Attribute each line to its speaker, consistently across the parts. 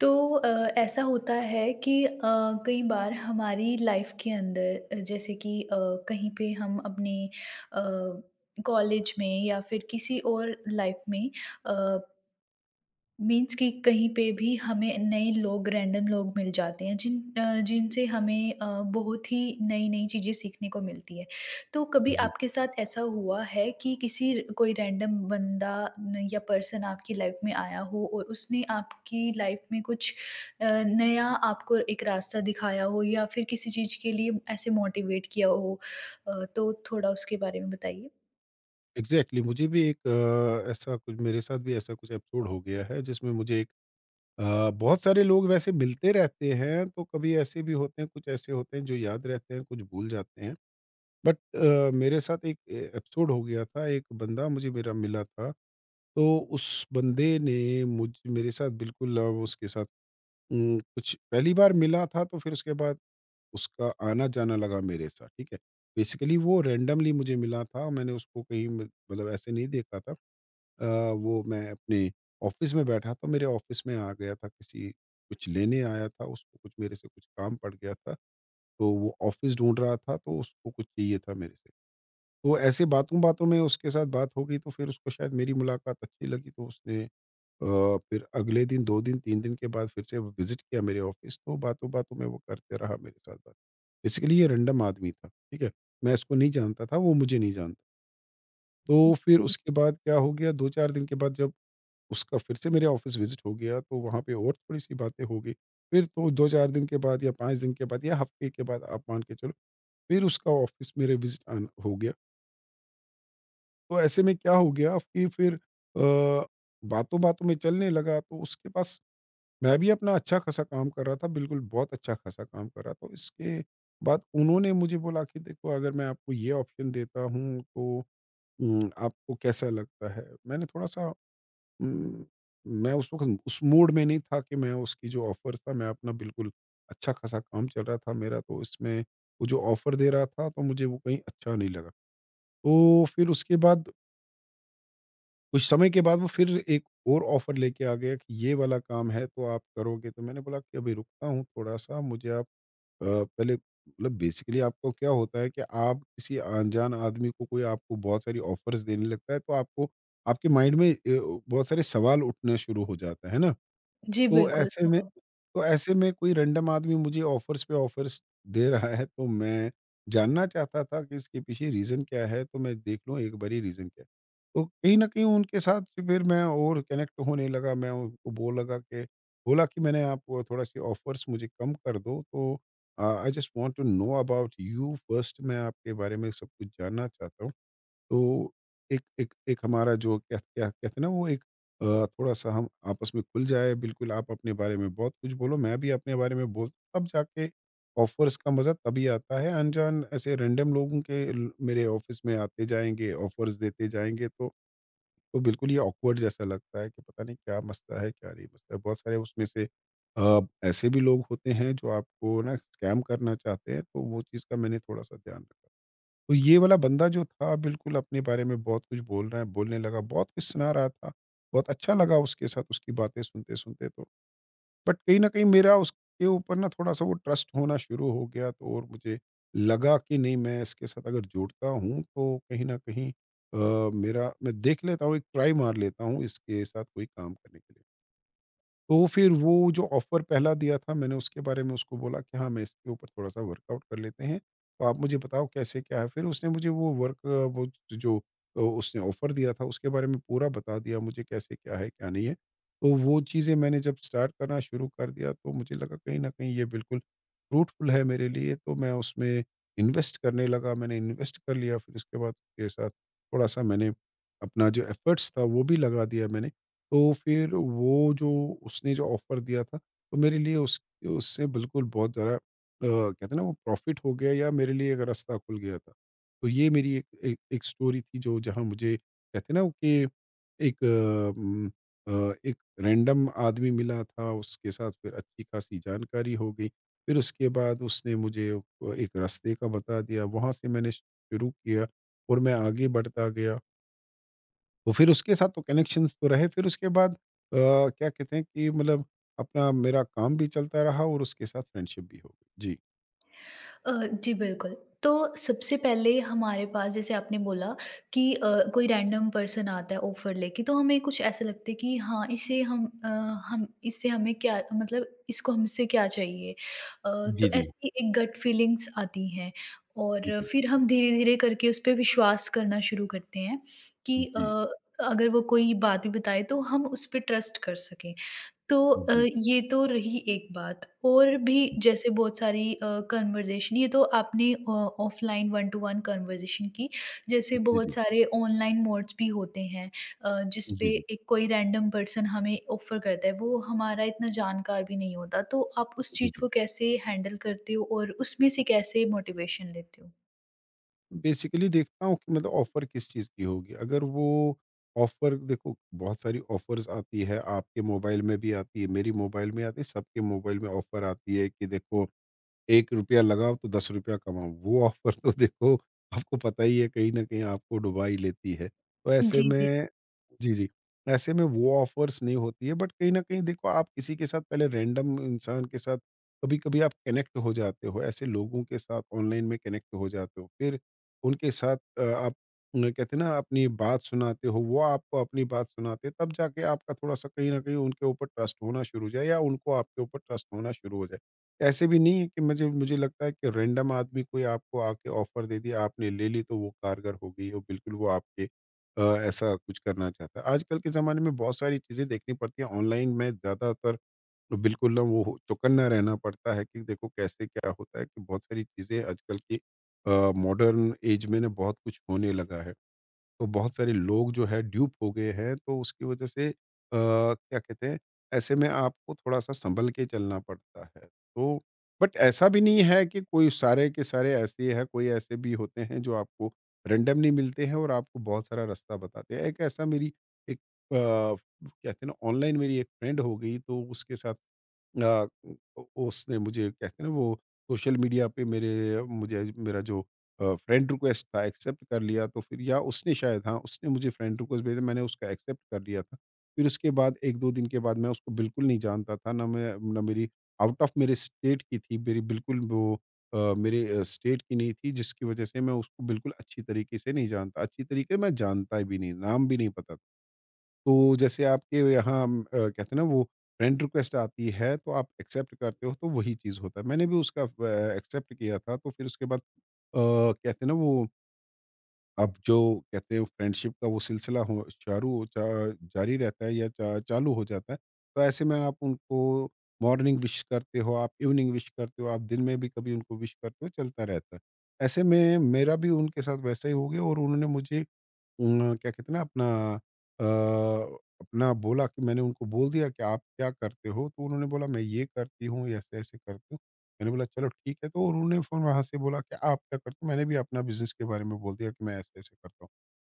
Speaker 1: तो अ, ऐसा होता है कि कई बार हमारी लाइफ के अंदर जैसे कि कहीं पे हम अपने अ, कॉलेज में या फिर किसी और लाइफ में मीन्स कि कहीं पे भी हमें नए लोग रैंडम लोग मिल जाते हैं जिनसे हमें बहुत ही नई नई चीज़ें सीखने को मिलती है। तो कभी
Speaker 2: जी,
Speaker 1: आपके साथ ऐसा हुआ है कि किसी कोई रैंडम बंदा न या पर्सन आपकी लाइफ में आया हो और उसने आपकी लाइफ में कुछ नया आपको एक रास्ता दिखाया हो या फिर किसी चीज़ के लिए ऐसे मोटिवेट किया हो? तो थोड़ा उसके बारे में बताइए।
Speaker 2: एग्ज़ैक्टली मुझे भी एक ऐसा कुछ मेरे साथ भी ऐसा कुछ एपिसोड हो गया है जिसमें मुझे बहुत सारे लोग वैसे मिलते रहते हैं, तो कभी ऐसे भी होते हैं, कुछ ऐसे होते हैं जो याद रहते हैं, कुछ भूल जाते हैं। बट मेरे साथ एक ए एपिसोड हो गया था, एक बंदा मुझे मेरा मिला था। तो उस बंदे ने मुझ मेरे साथ बिल्कुल अ, उसके साथ उम, कुछ पहली बार मिला था, तो फिर उसके बाद उसका आना-जाना लगा मेरे साथ, ठीक है? बेसिकली वो रैंडमली मुझे मिला था, मैंने उसको कहीं म मतलब ऐसे नहीं देखा था। अ, वो मैं अपने ऑफिस में बैठा था, मेरे ऑफिस में आ गया था, किसी कुछ लेने आया था, उसको कुछ मेरे से कुछ काम पड़ गया था, तो वो ऑफिस ढूँढ रहा था, तो उसको कुछ चाहिए था मेरे से। तो ऐसे बातों-बातों में उसके साथ बात हो गई, तो फिर उसको शायद मेरी मुलाकात अच्छी लगी, तो उसने अ, फिर अगले दिन 2 दिन, 3 दिन के बाद फिर से विज़िट किया मेरे ऑफिस, तो बातों-बातों में वो करते रहा मेरे साथ बात। बेसिकली ये रैंडम आदमी था, ठीक है? मैं इसको नहीं जानता था, वो मुझे नहीं जानता। तो फिर उसके बाद क्या हो गया, 2-4 दिन के बाद जब उसका फिर से मेरे ऑफिस विज़िट हो गया, तो वहाँ पे और थोड़ी-सी बातें हो गई। फिर तो 2-4 दिन के बाद या 5 दिन के बाद या हफ़्ते के बाद आप मान के चलो, फिर उसका ऑफिस मेरे विज़िट आन हो गया। तो ऐसे में क्या हो गया कि अ, बातों-बातों में चलने लगा, तो उसके पास मैं भी अपना अच्छा-खासा काम कर रहा था, बिल्कुल बहुत अच्छा-खासा काम कर रहा था। तो इसके बाद उन्होंने मुझे बोला कि देखो, अगर मैं आपको ये ऑप्शन देता हूँ, तो आपको कैसा लगता है? मैंने थोड़ा-सा उम, मैं उस वक़्त उस मूड में नहीं था कि मैं उसकी जो ऑफ़र्स था, मैं अपना बिल्कुल अच्छा खासा काम चल रहा था मेरा, तो इसमें वो जो ऑफ़र दे रहा था, तो मुझे वो कहीं अच्छा नहीं लगा। तो फिर उसके बाद कुछ समय के बाद वो फिर एक और ऑफ़र लेके आ गया कि ये वाला काम है, तो आप करोगे? तो मैंने बोला कि अभी रुकता हूँ थोड़ा-सा, मुझे आप अ, पहले मतलब बेसिकली आपको क्या होता है कि आप किसी अनजान आदमी को, कोई आपको बहुत सारी ऑफ़र्स देने लगता है, तो आपको आपके माइंड में बहुत सारे सवाल उठने शुरू हो जाता है ना?
Speaker 1: जी,
Speaker 2: तो
Speaker 1: बिल्कुल।
Speaker 2: ऐसे में तो ऐसे में कोई रैंडम आदमी मुझे ऑफ़र्स पे ऑफ़र्स दे रहा है, तो मैं जानना चाहता था कि इसके पीछे रीज़न क्या है, तो मैं देख लूँ एक बारी रीज़न क्या है। तो कहीं न कहीं उनके साथ फिर मैं और कनेक्ट होने लगा, मैं उनको बोल लगा कि बोला कि मैंने आपको थोड़ा-सी ऑफ़र्स मुझे कम कर दो, तो I just want to know about you first, मैं आपके बारे में सब कुछ जानना चाहता हूँ। तो एक एक एक हमारा जो क्या क्या कहते हैं ना वो थोड़ा-सा हम आपस में खुल जाए, बिल्कुल आप अपने बारे में बहुत कुछ बोलो, मैं भी अपने बारे में बोल, तब जाके ऑफ़र्स का मज़ा तभी आता है। अनजान ऐसे रैंडम लोगों के ल मेरे ऑफ़िस में आते जाएँगे, ऑफ़र्स देते जाएँगे तो बिल्कुल ये ऑकवर्ड जैसा लगता है कि पता नहीं क्या मसला है, क्या नहीं मसला है। बहुत सारे उसमें से अ, ऐसे भी लोग होते हैं जो आपको ना स्कैम करना चाहते हैं, तो वो चीज़ का मैंने थोड़ा-सा ध्यान रखा। तो ये वाला बंदा जो था बिल्कुल अपने बारे में बहुत कुछ बोल रहा है बोलने लगा, बहुत कुछ सुना रहा था। बहुत अच्छा लगा उसके साथ उसकी बातें सुनते सुनते। तो बट कहीं ना कहीं मेरा उसके ऊपर ना थोड़ा सा वो ट्रस्ट होना शुरू हो गया, तो और मुझे लगा कि नहीं, मैं इसके साथ अगर जुड़ता हूँ तो कहीं ना कहीं अ, मेरा मैं देख लेता हूँ, एक ट्राई मार लेता हूँ इसके साथ कोई काम करने के लिए। तो फिर वो जो ऑफ़र पहला दिया था, मैंने उसके बारे में उसको बोला कि हाँ, मैं इसके ऊपर थोड़ा-सा वर्कआउट कर लेते हैं। तो आप मुझे बताओ कैसे क्या है? फिर उसने मुझे वो वर्क वो जो अ, उसने ऑफ़र दिया था उसके बारे में पूरा बता दिया, मुझे कैसे क्या है, क्या नहीं है। तो वो चीज़ें मैंने जब स्टार्ट करना शुरू कर दिया, तो मुझे लगा कहीं न कहीं ये बिल्कुल फ्रूटफुल है मेरे लिए, तो मैं उसमें इन्वेस्ट करने लगा। मैंने इन्वेस्ट कर लिया। फिर उसके बाद उसके साथ थोड़ा-सा मैंने अपना जो एफ़र्ट्स था वो भी लगा दिया मैंने। तो फिर वो जो उसने जो ऑफ़र दिया था, तो मेरे लिए उस उससे बिल्कुल बहुत ज़्यादा कहते हैं ना वो प्रॉफ़िट हो गया, या मेरे लिए एक रास्ता खुल गया था। तो ये मेरी एक एक एक स्टोरी थी, जो जहाँ मुझे कहते हैं ना वो कि एक उम, एक रैंडम आदमी मिला था, उसके साथ फिर अच्छी-खासी जानकारी हो गई। फिर उसके बाद उसने मुझे एक रास्ते का बता दिया, वहाँ से मैंने शुरू किया और मैं आगे बढ़ता गया। वो फिर उसके साथ तो कनेक्शंस तो रहे। फिर उसके बाद क्या कहते हैं कि मतलब अपना मेरा काम भी चलता रहा, और उसके साथ फ्रेंडशिप भी हो गई। जी।
Speaker 1: अ, जी बिल्कुल। तो सबसे पहले हमारे पास जैसे आपने बोला कि कोई रैंडम पर्सन आता है ऑफ़र लेके तो हमें कुछ ऐसा लगता है कि हाँ, इसे हम इससे हमें क्या मतलब इसको हमसे क्या चाहिए?
Speaker 2: जी,
Speaker 1: तो
Speaker 2: जी।
Speaker 1: ऐसी एक गट फीलिंग्स आती हैं
Speaker 2: जी,
Speaker 1: और
Speaker 2: जी।
Speaker 1: फिर हम धीरे-धीरे करके उस पे विश्वास करना शुरू करते हैं
Speaker 2: जी,
Speaker 1: कि
Speaker 2: जी।
Speaker 1: अगर वो कोई बात भी बताए तो हम उस पे ट्रस्ट कर सकें। तो ये तो रही एक बात और भी
Speaker 2: जी, जी।
Speaker 1: जैसे बहुत सारी कन्वर्ज़ेशन ये तो आपने offline one to one conversation की, जैसे बहुत सारे ऑनलाइन मोड्स भी होते हैं जिस
Speaker 2: जी,
Speaker 1: पे
Speaker 2: जी।
Speaker 1: एक कोई रैंडम पर्सन हमें ऑफ़र करता है, वो हमारा इतना जानकार भी नहीं होता, तो आप उस
Speaker 2: जी,
Speaker 1: चीज़
Speaker 2: जी।
Speaker 1: को कैसे हैंडल करते हो और उसमें से कैसे मोटिवेशन लेते हो?
Speaker 2: बेसिकली देखता हूँ कि मतलब ऑफर किस चीज़ की होगी। अगर वो ऑफर, देखो बहुत सारी ऑफर्स आती है, आपके मोबाइल में भी आती है, मेरी मोबाइल में आती है, सबके मोबाइल में ऑफर आती है कि देखो ₹1 लगाओ तो ₹10 कमाओ, वो ऑफ़र तो देखो आपको पता ही है, कहीं न कहीं आपको डुबा ही लेती है। तो ऐसे
Speaker 1: जी, जी।
Speaker 2: में जी, जी। ऐसे में वो ऑफ़र्स नहीं होती है, बट कहीं न कहीं देखो आप किसी के साथ, पहले रैंडम इंसान के साथ कभी-कभी आप कनेक्ट हो जाते हो, ऐसे लोगों के साथ ऑनलाइन में कनेक्ट हो जाते हो। फिर उनके साथ आप उन्हें कहते हैं ना अपनी बात सुनाते हो, वो आपको अपनी बात सुनाते हैं, तब जाके आपका थोड़ा-सा कहीं न कहीं उनके ऊपर ट्रस्ट होना शुरू हो जाए, या उनको आपके ऊपर ट्रस्ट होना शुरू हो जाए। ऐसे भी नहीं है कि मुझे मुझे लगता है कि रैंडम आदमी कोई आपको आके ऑफर दे दिया, आपने ले ली तो वो कारगर हो गई, और बिल्कुल वो आपके अ, ऐसा कुछ करना चाहता है। आजकल के ज़माने में बहुत सारी चीज़ें देखनी पड़ती हैं, ऑनलाइन में ज़्यादातर, तो बिल्कुल ना चौकन्ना रहना पड़ता है कि देखो कैसे क्या होता है कि बहुत सारी चीज़ें आजकल की मॉडर्न एज में ना बहुत कुछ होने लगा है। तो बहुत सारे लोग जो है ड्यूप हो गए हैं, तो उसकी वजह से क्या कहते हैं, ऐसे में आपको थोड़ा-सा संभल के चलना पड़ता है। तो बट ऐसा भी नहीं है कि कोई सारे के सारे ऐसे हैं। कोई ऐसे भी होते हैं जो आपको रैंडमली मिलते हैं, और आपको बहुत सारा रास्ता बताते हैं। एक ऐसा मेरी एक कहते हैं ना, ऑनलाइन मेरी एक फ्रेंड हो गई, तो उसके साथ अ, उ उसने मुझे कहते हैं ना वो सोशल मीडिया पे मेरे मुझे मेरा जो फ्रेंड रिक्वेस्ट था एक्सेप्ट कर लिया, तो फिर, या उसने शायद, हाँ, उसने मुझे फ्रेंड रिक्वेस्ट भेजा, मैंने उसका एक्सेप्ट कर लिया था। फिर उसके बाद 1-2 दिन के बाद, मैं उसको बिल्कुल नहीं जानता था, ना मैं ना मेरी, आउट ऑफ मेरे स्टेट की थी, मेरी बिल्कुल वो मेरे स्टेट की नहीं थी, जिसकी वजह से मैं उसको बिल्कुल अच्छी तरीके से नहीं जानता। अच्छी तरीके मैं जानता भी नहीं, नाम भी नहीं पता। तो जैसे आपके यहाँ कहते हैं ना वो फ्रेंड रिक्वेस्ट आती है, तो आप एक्सेप्ट करते हो, तो वही चीज़ होता है। मैंने भी उसका फ एक्सेप्ट किया था। तो फिर उसके बाद कहते हैं ना वो अब जो कहते हैं फ्रेंडशिप का वो सिलसिला हो चारू चा जारी रहता है, या चा चालू हो जाता है। तो ऐसे में आप उनको मॉर्निंग विश करते हो, आप इवनिंग विश करते हो, आप दिन में भी कभी उनको विश करते हो, चलता रहता है। ऐसे में मेरा भी उनके साथ वैसा ही हो गया, और उन्होंने मुझे क्या कहते हैं ना, अ, अपना बोला कि, मैंने उनको बोल दिया कि आप क्या करते हो? तो उन्होंने बोला मैं ये करती हूँ, ऐसे-ऐसे करती हूँ। मैंने बोला चलो ठीक है, तो उन्होंने फिर वहाँ से बोला कि आप क्या करते हो? मैंने भी अपना बिज़नेस के बारे में बोल दिया कि मैं ऐसे-ऐसे करता हूँ।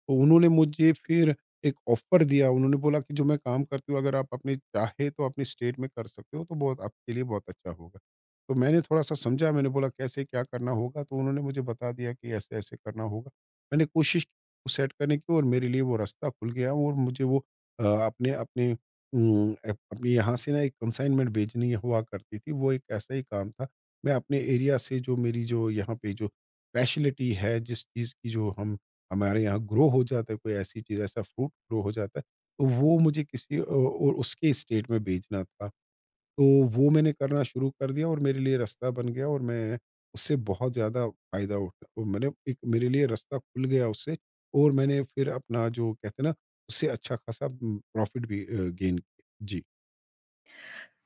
Speaker 2: तो उन्होंने मुझे फिर एक ऑफ़र दिया, उन्होंने बोला कि जो मैं काम करती हूँ अगर आप अपने चाहे तो अपने स्टेट में कर सकते हो तो बहुत आपके लिए बहुत अच्छा होगा। तो मैंने थोड़ा-सा समझा, मैंने बोला कैसे क्या करना होगा? तो उन्होंने मुझे बता दिया कि ऐसे-ऐसे करना होगा। मैंने कोशिश को सेट करने की और मेरे लिए वो रास्ता खुल गया और मुझे वो अपने अपने अप अपने यहाँ से ना एक कंसाइनमेंट भेजनी हुआ करती थी, वो एक ऐसा ही काम था। मैं अपने एरिया से जो मेरी जो यहाँ पे जो स्पेशलिटी है, जिस चीज़ की जो हम हमारे यहाँ ग्रो हो जाता है, कोई ऐसी चीज़ ऐसा फ्रूट ग्रो हो जाता है, तो वो मुझे किसी और उसके स्टेट में बेचना था। तो वो मैंने करना शुरू कर दिया और मेरे लिए रास्ता बन गया और मैं उससे बहुत ज़्यादा फ़ायदा उठा और मैंने एक मेरे लिए रास्ता खुल गया उससे, और मैंने फिर अपना जो कहते हैं ना उससे अच्छा खासा प्रॉफ़िट भी गेन किया। जी।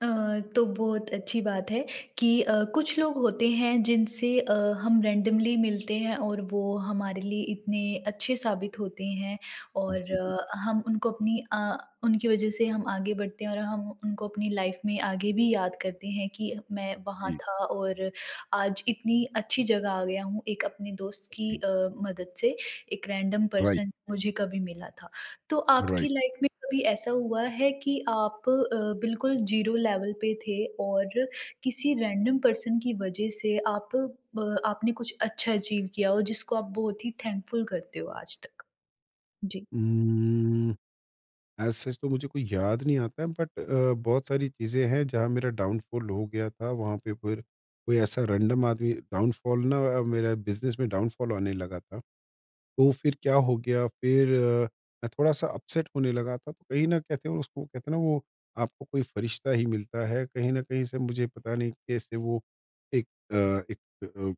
Speaker 1: अ, तो बहुत अच्छी बात है कि कुछ लोग होते हैं जिनसे हम रैंडमली मिलते हैं और वो हमारे लिए इतने अच्छे साबित होते हैं और
Speaker 2: जी, जी,
Speaker 1: हम उनको उनकी वजह से हम आगे बढ़ते हैं और हम उनको अपनी लाइफ में आगे भी याद करते हैं कि मैं वहाँ
Speaker 2: जी, जी,
Speaker 1: था और आज इतनी अच्छी जगह आ गया हूँ एक अपने दोस्त की
Speaker 2: जी।
Speaker 1: मदद से एक रैंडम
Speaker 2: राइट,
Speaker 1: पर्सन मुझे कभी मिला था तो आपकी
Speaker 2: राइट।
Speaker 1: लाइफ में कभी ऐसा हुआ है कि आप बिल्कुल जीरो लेवल पे थे और किसी रैंडम पर्सन की वजह से आपने कुछ अच्छा अचीव किया हो जिसको आप बहुत ही थैंकफुल करते हो आज तक? जी।
Speaker 2: उम एज़ सच तो मुझे कोई याद नहीं आता है, बट बहुत सारी चीज़ें हैं जहाँ मेरा डाउनफ़ॉल हो गया था। वहाँ पे फिर कोई ऐसा रैंडम आदमी, डाउनफ़ॉल ना मेरा बिज़नेस में डाउनफ़ॉल आने लगा था। तो फिर क्या हो गया फिर, मैं थोड़ा-सा अपसेट होने लगा था। तो कहीं न कहते हैं उसको कहते हैं ना वो आपको कोई फरिश्ता ही मिलता है। कहीं न कहीं से मुझे पता नहीं कैसे वो एक अ, एक अ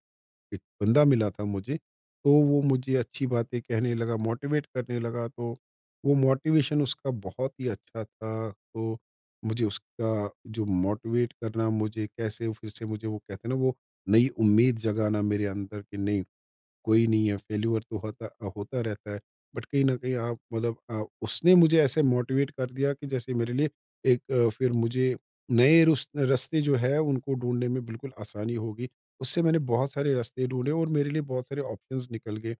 Speaker 2: एक बंदा मिला था मुझे, तो वो मुझे अच्छी बातें कहने लगा, मोटिवेट करने लगा, तो वो मोटिवेशन उसका बहुत ही अच्छा था। तो मुझे उसका जो मोटिवेट करना, मुझे कैसे फिर से मुझे वो कहते हैं ना, वो नई उम्मीद जगाना मेरे अंदर कि नहीं कोई नहीं है, फेल्योर तो होता होता रहता है। बट कहीं न कहीं आप मतलब, उसने मुझे ऐसे मोटिवेट कर दिया कि जैसे मेरे लिए एक, फिर मुझे नए रुस रास्ते जो है उनको ढूँढने में बिल्कुल आसानी होगी। उससे मैंने बहुत सारे रास्ते ढूँढे और मेरे लिए बहुत सारे ऑप्शंस निकल गए।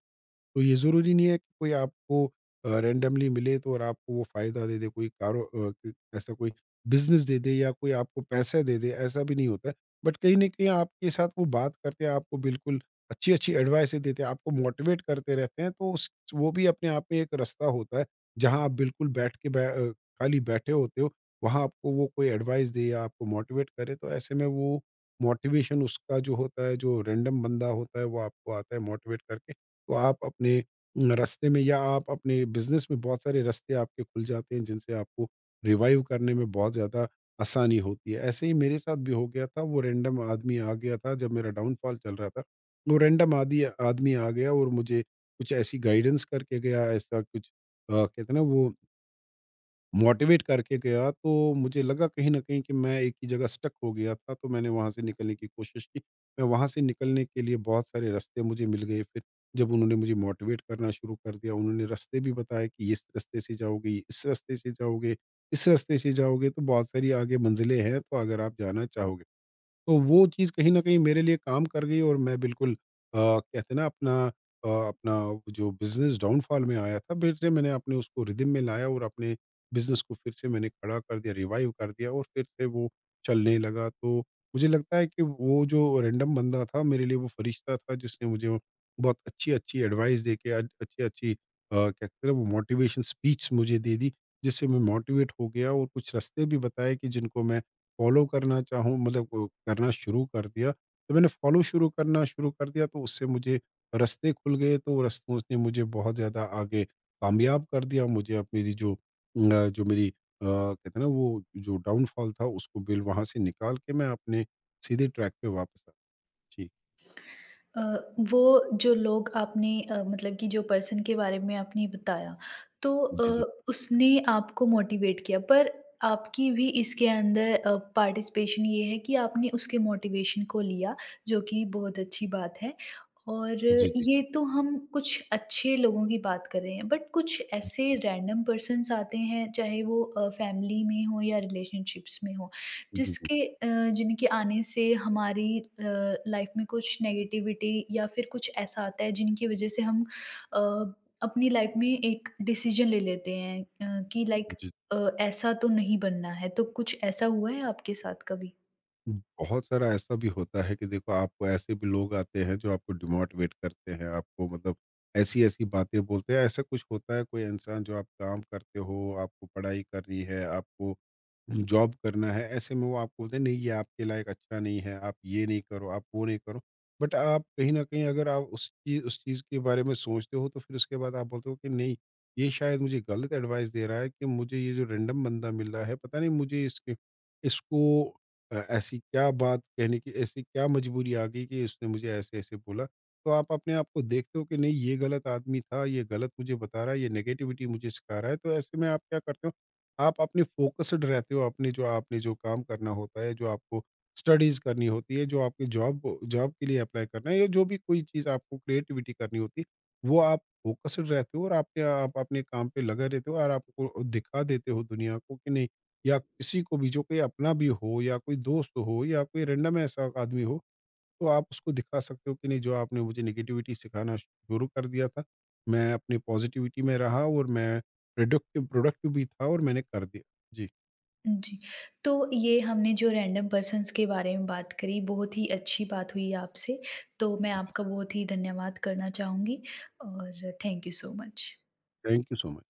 Speaker 2: तो ये ज़रूरी नहीं है कि कोई आपको रैंडमली मिले तो और आपको वो फ़ायदा दे दे, कोई कारो अ, क ऐसा कोई बिज़नेस दे दे या कोई आपको पैसे दे दे, ऐसा भी नहीं होता है। बट कहीं न कहीं आपके साथ वो बात करते हैं, आपको बिल्कुल अच्छी-अच्छी एडवाइसें देते हैं, आपको मोटिवेट करते रहते हैं, तो उस वो भी अपने आप में एक रास्ता होता है, जहाँ आप बिल्कुल बैठ के बै अ, खाली बैठे होते हो, वहाँ आपको वो कोई एडवाइस दे या आपको मोटिवेट करे, तो ऐसे में वो मोटिवेशन उसका जो होता है, जो रैंडम बंदा होता है, वो आपको आता है मोटिवेट करके, तो आप अपने रास्ते में या आप अपने बिज़नेस में बहुत सारे रास्ते आपके खुल जाते हैं, जिनसे आपको रिवाइव करने में बहुत ज़्यादा आसानी होती है। ऐसे ही मेरे साथ भी हो गया था, वो रैंडम आदमी आ गया था जब मेरा डाउनफॉल चल रहा था। वो रैंडम आदि आदमी आ गया और मुझे कुछ ऐसी गाइडेंस करके गया, ऐसा कुछ कहते हैं ना वो मोटिवेट करके गया, तो मुझे लगा कहीं न कहीं कि मैं एक ही जगह स्टक हो गया था, तो मैंने वहाँ से निकलने की कोशिश की। मैं वहाँ से निकलने के लिए बहुत सारे रास्ते मुझे मिल गए फिर, जब उन्होंने मुझे मोटिवेट करना शुरू कर दिया, उन्होंने रास्ते भी बताए कि इस रास्ते से जाओगे, इस रास्ते से जाओगे, इस रास्ते से जाओगे तो बहुत सारी आगे मंज़िलें हैं, तो अगर आप जाना चाहोगे। तो वो चीज़ कहीं न कहीं मेरे लिए काम कर गई और मैं बिल्कुल, कहते हैं ना अपना, अपना वो जो बिज़नेस डाउनफॉल में आया था, फिर से मैंने अपने उसको रिदम में लाया और अपने बिज़नेस को फिर से मैंने खड़ा कर दिया, रिवाइव कर दिया और फिर से वो चलने लगा। तो मुझे लगता है कि वो जो रैंडम बंदा था, मेरे लिए वो फ़रिश्ता था जिसने मुझे वो बहुत अच्छी-अच्छी एडवाइस देके, अच्छी-अच्छी, क्या कहते हैं ना वो मोटिवेशन स्पीच मुझे दे दी, जिससे मैं मोटिवेट हो गया और कुछ रास्ते भी बताए कि जिनको मैं फॉलो करना चाहूँ, मतलब करना शुरू कर दिया, तो मैंने फॉलो शुरू कर दिया तो उससे मुझे रास्ते खुल गए, तो रास्तों ने मुझे बहुत ज़्यादा आगे कामयाब कर दिया। मुझे अब मेरी जो अ, जो मेरी अ, कहते हैं ना वो जो डाउनफॉल था उसको बिल वहाँ से निकाल के मैं अपने सीधे ट्रैक पे वापस आ। जी।
Speaker 1: अ, वो जो लोग आपने मतलब कि जो पर्सन के बारे में आपने बताया तो
Speaker 2: जी, जी।
Speaker 1: उसने आपको मोटिवेट किया पर आपकी भी इसके अंदर पार्टिसिपेशन ये है कि आपने उसके मोटिवेशन को लिया जो कि बहुत अच्छी बात है और
Speaker 2: जी, जी।
Speaker 1: ये तो हम कुछ अच्छे लोगों की बात कर रहे हैं बट कुछ
Speaker 2: जी,
Speaker 1: ऐसे
Speaker 2: जी।
Speaker 1: रैंडम पर्सन्स आते हैं चाहे वो फैमिली में हो या रिलेशनशिप्स में हो
Speaker 2: जी, जी।
Speaker 1: जिसके अ, जिनके आने से हमारी लाइफ में कुछ नेगेटिविटी या फिर कुछ ऐसा आता है जिनकी वज़ह से अ, अपनी लाइफ में एक डिसीज़न ले लेते हैं कि लाइक
Speaker 2: जी।
Speaker 1: ऐसा तो नहीं बनना है, तो कुछ ऐसा हुआ है आपके साथ कभी?
Speaker 2: बहुत सारा ऐसा भी होता है कि देखो आपको ऐसे भी लोग आते हैं जो आपको डिमोटिवेट करते हैं, आपको मतलब ऐसी ऐसी बातें बोलते हैं, ऐसा कुछ होता है, कोई इंसान जो आप काम करते हो, आपको पढ़ाई करनी है, आपको जॉब करना है, ऐसे में वो आपको बोलते हैं, "नहीं, ये आपके लायक अच्छा नहीं है, आप ये नहीं करो, आप वो नहीं करो।" बट आप कहीं न कहीं अगर आप उस चीज़ के बारे में सोचते हो, तो फिर उसके बाद आप बोलते हो कि नहीं, ये शायद मुझे गलत एडवाइस दे रहा है कि मुझे ये जो रैंडम बंदा मिल रहा है, पता नहीं मुझे इसके इसको ऐसी क्या बात कहने की, ऐसी क्या मजबूरी आ गई कि उसने मुझे ऐसे-ऐसे बोला। तो आप अपने आप को देखते हो कि नहीं, ये गलत आदमी था, ये गलत मुझे बता रहा है, ये नेगेटिविटी मुझे सिखा रहा है, तो ऐसे में आप क्या करते हो? आप अपनी फ़ोकस्ड रहते हो, अपनी जो आपने जो काम करना होता है, जो आपको स्टडीज़ करनी होती है, जो आपकी जॉब जॉब के लिए अप्लाई करना है या जो भी कोई चीज़ आपको क्रिएटिविटी करनी होती है, वो आप फ़ोकस्ड रहते हो और आपके आप अपने काम पे लगे रहते हो और आपको दिखा देते हो दुनिया को कि नहीं, या किसी को भी, जो कोई अपना भी हो या कोई दोस्त हो या कोई रैंडम ऐसा आदमी हो, तो आप उसको दिखा सकते हो कि नहीं, जो आपने मुझे नेगेटिविटी सिखाना शुरू कर दिया था, मैं अपने पॉजिटिविटी में रहा और मैं प्रोडक्टिव प्रोडक्टिव भी था और मैंने कर दिया। जी।
Speaker 1: जी, तो ये हमने जो रैंडम पर्सन्स के बारे में बात करी, बहुत ही अच्छी बात हुई आपसे, तो मैं
Speaker 2: जी।
Speaker 1: आपका बहुत ही धन्यवाद करना चाहूँगी और thank you so much.
Speaker 2: Thank you so much.